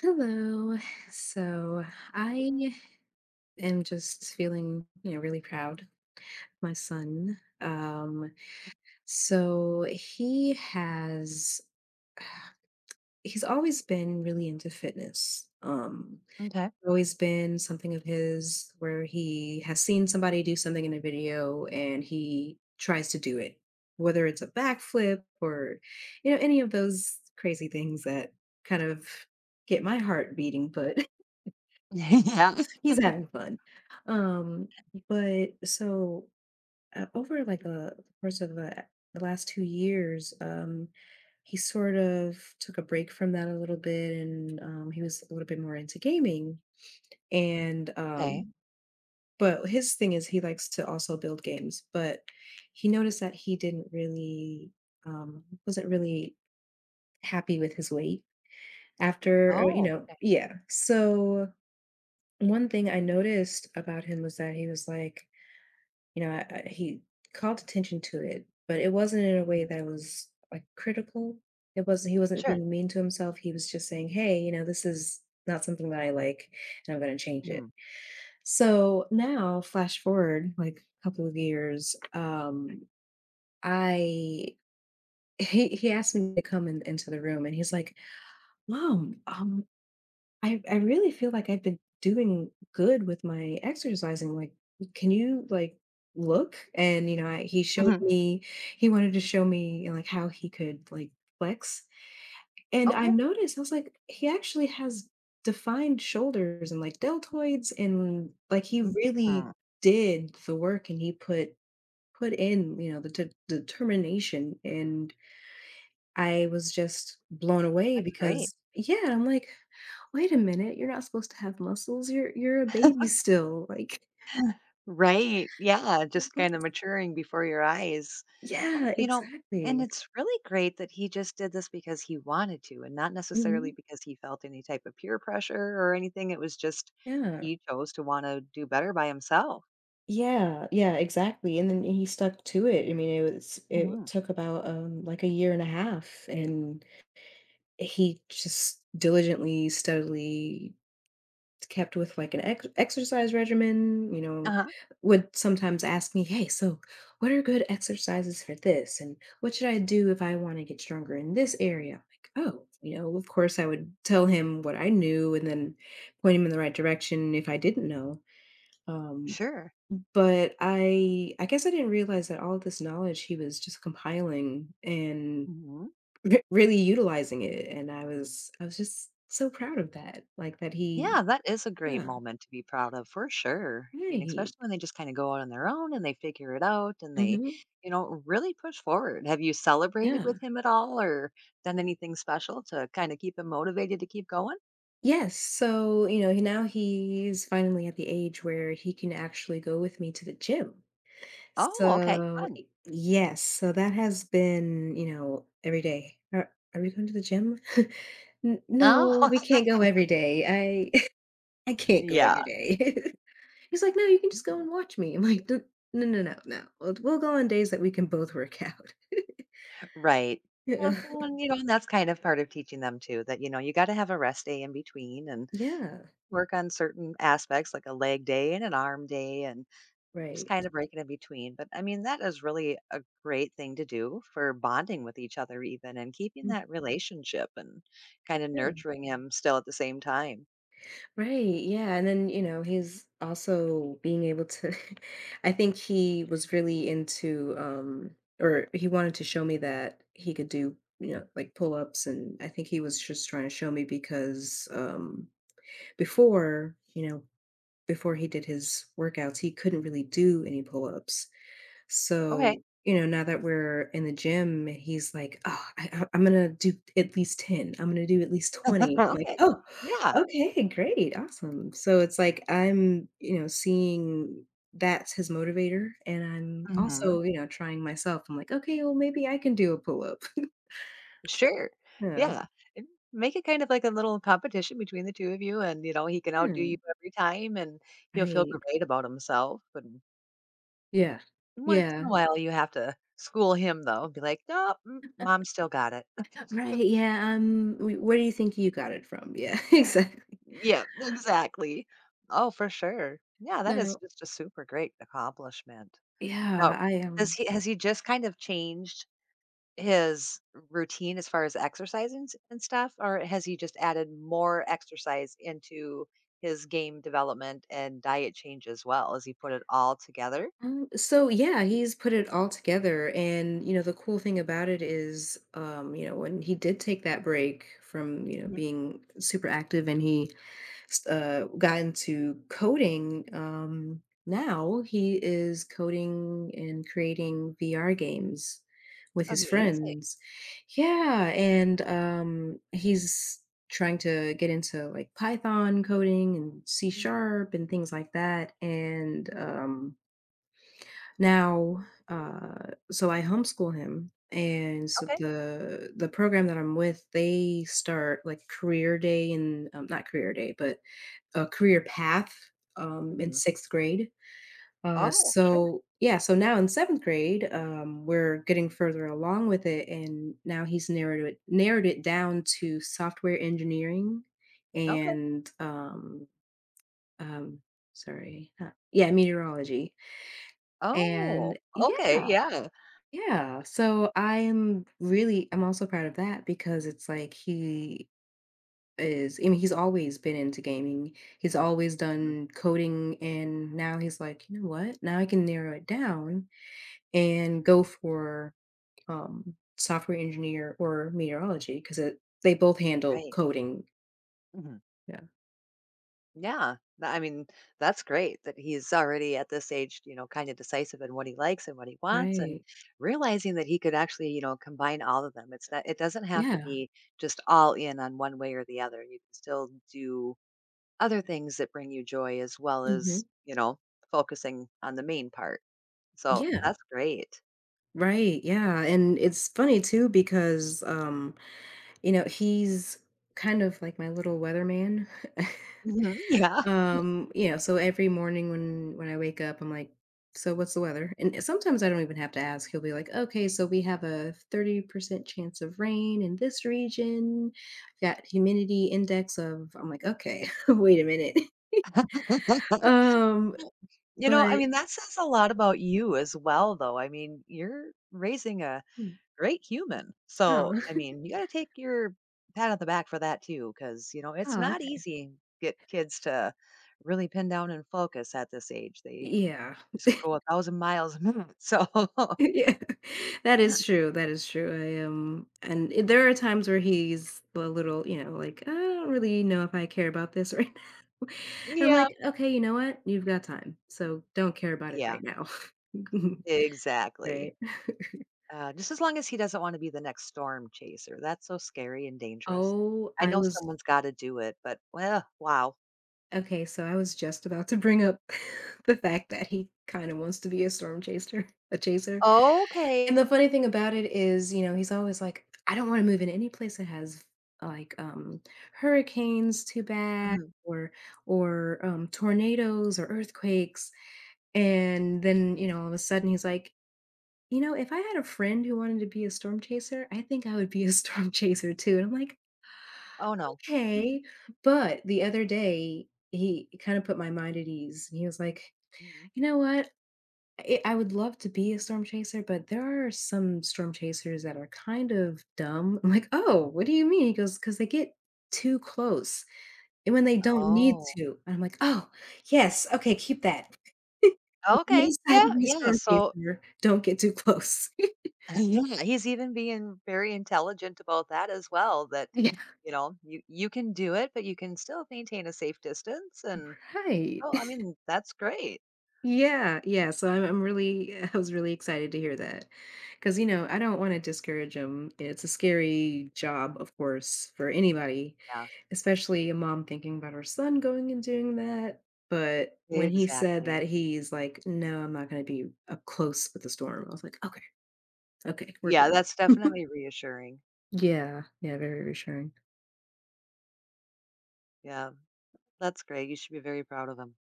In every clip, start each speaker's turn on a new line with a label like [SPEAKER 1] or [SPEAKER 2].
[SPEAKER 1] Hello. So I am just feeling really proud of my son. So he has he's always been really into fitness.
[SPEAKER 2] Okay.
[SPEAKER 1] Always been something of his where he has seen somebody do something in a video and he tries to do it, whether it's a backflip or any of those crazy things that kind of get my heart beating. But
[SPEAKER 2] Yeah.
[SPEAKER 1] he's having fun. Um, but over like a the course of the last 2 years, he sort of took a break from that a little bit, and he was a little bit more into gaming. And
[SPEAKER 2] Okay.
[SPEAKER 1] But his thing is he likes to also build games, but he noticed that he didn't really wasn't really happy with his weight after
[SPEAKER 2] Oh, okay.
[SPEAKER 1] yeah. So one thing I noticed about him was that he was like, you know, he called attention to it, but it wasn't in a way
[SPEAKER 2] Mhm.
[SPEAKER 1] that was like critical. It wasn't, He wasn't
[SPEAKER 2] Sure.
[SPEAKER 1] being mean to himself. He was just saying, hey, you know, this is not something that I like, and I'm going to change it.
[SPEAKER 2] Mhm.
[SPEAKER 1] So now, flash forward like a couple of years, I, he asked me to come into the room, and he's like, Mom, I really feel like I've been doing good with my exercising. Like, can you like look? And you know, he showed
[SPEAKER 2] Mhm.
[SPEAKER 1] me. He wanted to show me like how he could like flex. And I
[SPEAKER 2] Okay.
[SPEAKER 1] noticed, I was like, he actually has defined shoulders and like deltoids, and like he
[SPEAKER 2] Mm,
[SPEAKER 1] really
[SPEAKER 2] mm,
[SPEAKER 1] did the work, and he put in you know the determination, and I was just blown away
[SPEAKER 2] that's great.
[SPEAKER 1] because yeah, I'm like, wait a minute, you're not supposed to have muscles, you're a baby still, like,
[SPEAKER 2] Right. Yeah, just kinda
[SPEAKER 1] what's.
[SPEAKER 2] maturing before your eyes. Well,
[SPEAKER 1] Yeah,
[SPEAKER 2] and
[SPEAKER 1] exactly.
[SPEAKER 2] it's really great that he just did this because he wanted to and not necessarily
[SPEAKER 1] Mhm,
[SPEAKER 2] because he felt any type of peer pressure or anything. It was just
[SPEAKER 1] yeah.
[SPEAKER 2] he chose to wanna do better by himself.
[SPEAKER 1] Yeah, yeah, exactly, and then he stuck to it. I mean, it was, it
[SPEAKER 2] Mhm.
[SPEAKER 1] took about, like, a year and a half, and he just diligently, steadily kept with, like, an ex exercise regimen, you know,
[SPEAKER 2] Uh-huh.
[SPEAKER 1] would sometimes ask me, "Hey, so what are good exercises for this, and what should I do if I wanna get stronger in this area?" I'm like, "Oh," you know, of course I would tell him what I knew, and then point him in the right direction if I didn't know, um,
[SPEAKER 2] Sure.
[SPEAKER 1] but I guess I didn't realize that all of this knowledge he was just compiling and
[SPEAKER 2] Mhm.
[SPEAKER 1] re really utilizing it, and I was, I was just so proud of that, like, that
[SPEAKER 2] Yeah,
[SPEAKER 1] he.
[SPEAKER 2] that is a great
[SPEAKER 1] Yeah.
[SPEAKER 2] moment to be proud of for sure. I mean,
[SPEAKER 1] Right.
[SPEAKER 2] especially when they just kind of go out on their own and they figure it out and they,
[SPEAKER 1] Hmm.
[SPEAKER 2] really push forward. Have you celebrated with
[SPEAKER 1] Yeah.
[SPEAKER 2] him at all or done anything special to kind of keep him motivated to keep going?
[SPEAKER 1] Yes. So, you know, now he's finally at the age where he can actually go with me to the gym.
[SPEAKER 2] Oh, okay,
[SPEAKER 1] So,
[SPEAKER 2] fun.
[SPEAKER 1] yes. So that has been, you know, every day. Are we going to the gym?
[SPEAKER 2] Oh,
[SPEAKER 1] No, we can't go every day. I I can't go
[SPEAKER 2] yeah,
[SPEAKER 1] every day." He's like, no, you can just go and watch me. I'm like, no, no, no, no, no. We'll go on days that we can both work out.
[SPEAKER 2] right. Yeah,
[SPEAKER 1] Yeah.
[SPEAKER 2] well, and that's kind of part of teaching them too that, you got to have a rest day in between and
[SPEAKER 1] Yeah.
[SPEAKER 2] work on certain aspects like a leg day and an arm day and just
[SPEAKER 1] Right.
[SPEAKER 2] kind of breaking in between. But I mean, that is really a great thing to do for bonding with each other, even and keeping
[SPEAKER 1] Mm-hmm.
[SPEAKER 2] that relationship and kind of nurturing him still at the same time.
[SPEAKER 1] Right, yeah, and then, you know, he's also being able to I think he was really into or he wanted to show me that he could do, you know, like pull-ups, and I think he was just trying to show me because before, you know, before he did his workouts, he couldn't really do any pull-ups.
[SPEAKER 2] Okay.
[SPEAKER 1] So, you know, now that we're in the gym, he's like, "Oh, I'm gonna do at least 10. I'm gonna do at least 20." I'm like,
[SPEAKER 2] Okay.
[SPEAKER 1] "Oh,
[SPEAKER 2] Yeah.
[SPEAKER 1] okay, great, awesome." So it's like I'm, you know, seeing that's his motivator, and I'm
[SPEAKER 2] hmm
[SPEAKER 1] also, you know, trying myself. I'm like, "Okay, well, maybe I can do a pull up."
[SPEAKER 2] Sure.
[SPEAKER 1] Yeah.
[SPEAKER 2] Yeah. And make it kind of like a little competition between the two of you. And, he can outdo you
[SPEAKER 1] Hmm.
[SPEAKER 2] every time and he'll feel
[SPEAKER 1] Right.
[SPEAKER 2] great about himself. And
[SPEAKER 1] Yeah.
[SPEAKER 2] once in a
[SPEAKER 1] Yeah.
[SPEAKER 2] while, you have to school him, though, and be like, no, mom still got it.
[SPEAKER 1] Right. Yeah. Where do you think you got it from? Yeah. Exactly.
[SPEAKER 2] Yeah, exactly. Oh, for sure. Yeah, that is
[SPEAKER 1] No.
[SPEAKER 2] just a super great accomplishment. Now,
[SPEAKER 1] Yeah. I
[SPEAKER 2] does
[SPEAKER 1] am.
[SPEAKER 2] he has he just kind of changed his routine as far as exercising and stuff, or has he just added more exercise into his game development and diet change as well? Has he put it all together?
[SPEAKER 1] So yeah, he's put it all together, and you know the cool thing about it is, you know, when he did take that break from you know
[SPEAKER 2] Mhm.
[SPEAKER 1] being super active, and he got into coding, now he is coding and creating VR games with his
[SPEAKER 2] Amazing.
[SPEAKER 1] friends. Yeah, and he's trying to get into like Python coding and C
[SPEAKER 2] Mm,
[SPEAKER 1] sharp and things like that, and now, so I homeschool him, and so
[SPEAKER 2] okay.
[SPEAKER 1] the program that I'm with, they start like career day and not career day, but a career path in
[SPEAKER 2] Mhm.
[SPEAKER 1] sixth grade.
[SPEAKER 2] Oh, sure.
[SPEAKER 1] So yeah, so now in seventh grade, we're getting further along with it, and now he's narrowed it down to software engineering
[SPEAKER 2] Okay.
[SPEAKER 1] and um, sorry, not, yeah, meteorology.
[SPEAKER 2] Oh,
[SPEAKER 1] And yeah.
[SPEAKER 2] okay. Yeah.
[SPEAKER 1] Yeah, so I'm really, I'm also proud of that because it's like he is, I mean, he's always been into gaming. He's always
[SPEAKER 2] Mhm.
[SPEAKER 1] done coding, and now he's like, "You know what? Now I can narrow it down and go for software engineer or meteorology because it they both handle
[SPEAKER 2] Right.
[SPEAKER 1] coding."
[SPEAKER 2] Mhm.
[SPEAKER 1] Yeah.
[SPEAKER 2] Yeah. I mean, that's great that he's already at this age, kind of decisive in what he likes and what he wants and
[SPEAKER 1] Right.
[SPEAKER 2] realizing that he could actually, combine all of them. It's not it doesn't have to
[SPEAKER 1] Yeah.
[SPEAKER 2] be just all in on one way or the other. You can still do other things that bring you joy as well
[SPEAKER 1] Mhm.
[SPEAKER 2] as, focusing on the main part. So
[SPEAKER 1] Yeah.
[SPEAKER 2] that's great.
[SPEAKER 1] Right. Yeah, and it's funny too because you know, he's kind of like my little weatherman.
[SPEAKER 2] Mhm, yeah.
[SPEAKER 1] You know, so every morning when I wake up, I'm like, so what's the weather? And sometimes I don't even have to ask. He'll be like, okay, so we have a 30% chance of rain in this region. Got humidity index of, I'm like, okay, wait a minute. Um,
[SPEAKER 2] I
[SPEAKER 1] but
[SPEAKER 2] mean, that says a lot about you as well, though. I mean, you're raising a great human. So,
[SPEAKER 1] Oh,
[SPEAKER 2] I mean, you got to take your pat on the back for that too, because, it's
[SPEAKER 1] oh,
[SPEAKER 2] not
[SPEAKER 1] okay.
[SPEAKER 2] easy to get kids to really pin down and focus at this age. They
[SPEAKER 1] Yeah.
[SPEAKER 2] just go a thousand miles a minute. So,
[SPEAKER 1] Yeah, that is true, that is true. There are times where he's a little, you know, like, "I don't really know if I care about this right now." And I'm
[SPEAKER 2] yeah,
[SPEAKER 1] like, "Okay, you know what? You've got time, so don't care about it
[SPEAKER 2] yeah,
[SPEAKER 1] right now."
[SPEAKER 2] exactly.
[SPEAKER 1] Right.
[SPEAKER 2] Just as long as he doesn't want to be the next storm chaser. That's so scary and dangerous.
[SPEAKER 1] Oh,
[SPEAKER 2] I
[SPEAKER 1] I
[SPEAKER 2] know
[SPEAKER 1] was,
[SPEAKER 2] someone's got to do it, but well, wow.
[SPEAKER 1] okay, so I was just about to bring up the fact that he kinda wants to be a storm chaser a chaser. And
[SPEAKER 2] Okay.
[SPEAKER 1] the funny thing about it is, you know, he's always like, "I don't wanna move in any place that has, like, hurricanes too bad
[SPEAKER 2] Mhm.
[SPEAKER 1] or tornadoes or earthquakes," and then, you know, all of a sudden he's like, "You know, if I had a friend who wanted to be a storm chaser, I think I would be a storm chaser too," and I'm like,
[SPEAKER 2] Oh, no.
[SPEAKER 1] "Okay," but the other day, he kinda put my mind at ease, and he was like,
[SPEAKER 2] Mhm.
[SPEAKER 1] "You know what? I would love to be a storm chaser, but there are some storm chasers that are kind of dumb." I'm like, "Oh, what do you mean?" He goes, "'Cause they get too close, and when they don't need
[SPEAKER 2] Oh,
[SPEAKER 1] to." And I'm like, "Oh, yes, okay, keep that." If you
[SPEAKER 2] okay.
[SPEAKER 1] decide
[SPEAKER 2] Yeah,
[SPEAKER 1] to be a
[SPEAKER 2] yeah.
[SPEAKER 1] storm
[SPEAKER 2] So
[SPEAKER 1] chaser, don't get too close.
[SPEAKER 2] Yeah, he's even being very intelligent about that as well. That
[SPEAKER 1] Yeah,
[SPEAKER 2] you can do it, but you can still maintain a safe distance. And
[SPEAKER 1] right.
[SPEAKER 2] oh, I mean, that's great.
[SPEAKER 1] Yeah, yeah, so I'm really, I was really excited to hear that because you know, I don't wanna discourage 'em. It's a scary job, of course, for anybody.
[SPEAKER 2] Yeah,
[SPEAKER 1] Especially a mom thinking about her son going and doing that, but when he said that,
[SPEAKER 2] exactly.
[SPEAKER 1] he's like, "No, I'm not gonna be up close with the storm," I was like, "Okay, okay, we're
[SPEAKER 2] Yeah,
[SPEAKER 1] good."
[SPEAKER 2] that's definitely reassuring.
[SPEAKER 1] Yeah, yeah, very reassuring.
[SPEAKER 2] Yeah, that's great. You should be very proud of him.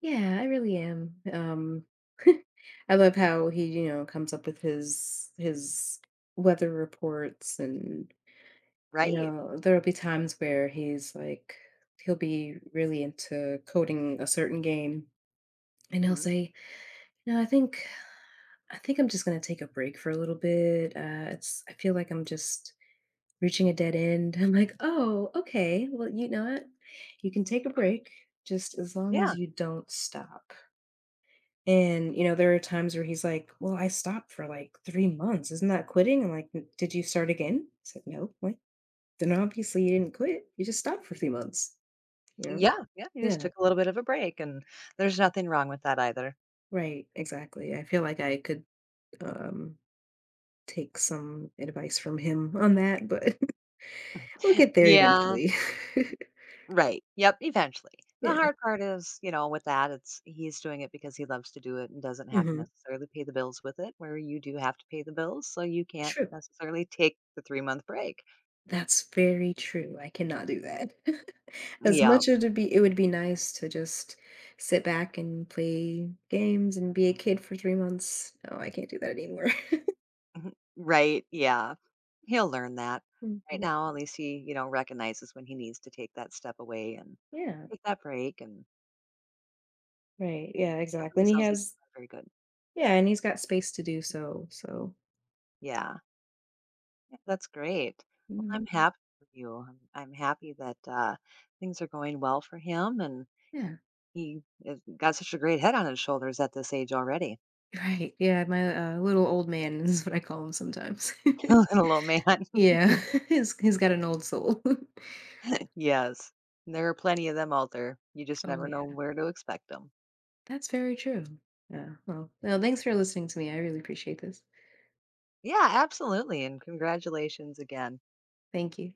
[SPEAKER 1] Yeah, I really am, I love how he, you know, comes up with his weather reports, and, you
[SPEAKER 2] Right.
[SPEAKER 1] know, there'll be times where he's like he'll be really into coding a certain game, and he'll
[SPEAKER 2] Mhm.
[SPEAKER 1] say, "No, I think I'm just gonna take a break for a little bit. It's I feel like I'm just reaching a dead end." I'm like, oh, okay. Well, you know what? You can take a break just as long
[SPEAKER 2] Yeah.
[SPEAKER 1] as you don't stop. And you know, there are times where he's like, "Well, I stopped for like 3 months. Isn't that quitting?" I'm like, Did you start again?" I said, "No." I'm like, then obviously you didn't quit. You just stopped for 3 months. You know?
[SPEAKER 2] Yeah. Yeah. You just
[SPEAKER 1] Yeah.
[SPEAKER 2] took a little bit of a break, and there's nothing wrong with that either.
[SPEAKER 1] Right. Exactly. I feel like I could um take some advice from him on that, but we'll get there
[SPEAKER 2] Yeah.
[SPEAKER 1] eventually.
[SPEAKER 2] Right. Yep, eventually. The
[SPEAKER 1] Yeah.
[SPEAKER 2] hard part is, with that, it's he's doing it because he loves to do it and doesn't have to
[SPEAKER 1] Mhm.
[SPEAKER 2] necessarily pay the bills with it, where you do have to pay the bills, so you can't
[SPEAKER 1] True.
[SPEAKER 2] necessarily take the 3-month -month break.
[SPEAKER 1] That's very true. I cannot do that. As
[SPEAKER 2] Yeah.
[SPEAKER 1] much as it'd be, it would be nice to just sit back and play games and be a kid for 3 months. No, I can't do that anymore.
[SPEAKER 2] Right, yeah. He'll learn that. Right
[SPEAKER 1] Mhm.
[SPEAKER 2] now, at least he, recognizes when he needs to take that step away and
[SPEAKER 1] Yeah.
[SPEAKER 2] take that break, and
[SPEAKER 1] Right. Yeah, exactly.
[SPEAKER 2] definitely
[SPEAKER 1] And he
[SPEAKER 2] sounds like he's
[SPEAKER 1] has,
[SPEAKER 2] doing very good.
[SPEAKER 1] yeah, and he's got space to do so, so.
[SPEAKER 2] Yeah. Yeah, that's great. Well,
[SPEAKER 1] Mhm.
[SPEAKER 2] I'm happy for you. I'm happy that, things are going well for him and
[SPEAKER 1] Yeah.
[SPEAKER 2] he has got such a great head on his shoulders at this age already.
[SPEAKER 1] Right. Yeah, my, little old man is what I call him sometimes.
[SPEAKER 2] Little man.
[SPEAKER 1] Yeah. He's got an old soul.
[SPEAKER 2] Yes. There are plenty of them out there. You just
[SPEAKER 1] Oh,
[SPEAKER 2] never know
[SPEAKER 1] yeah.
[SPEAKER 2] where to expect them.
[SPEAKER 1] That's very true. Yeah. Well, no, thanks for listening to me. I really appreciate this.
[SPEAKER 2] Yeah, absolutely, and congratulations again.
[SPEAKER 1] Thank you.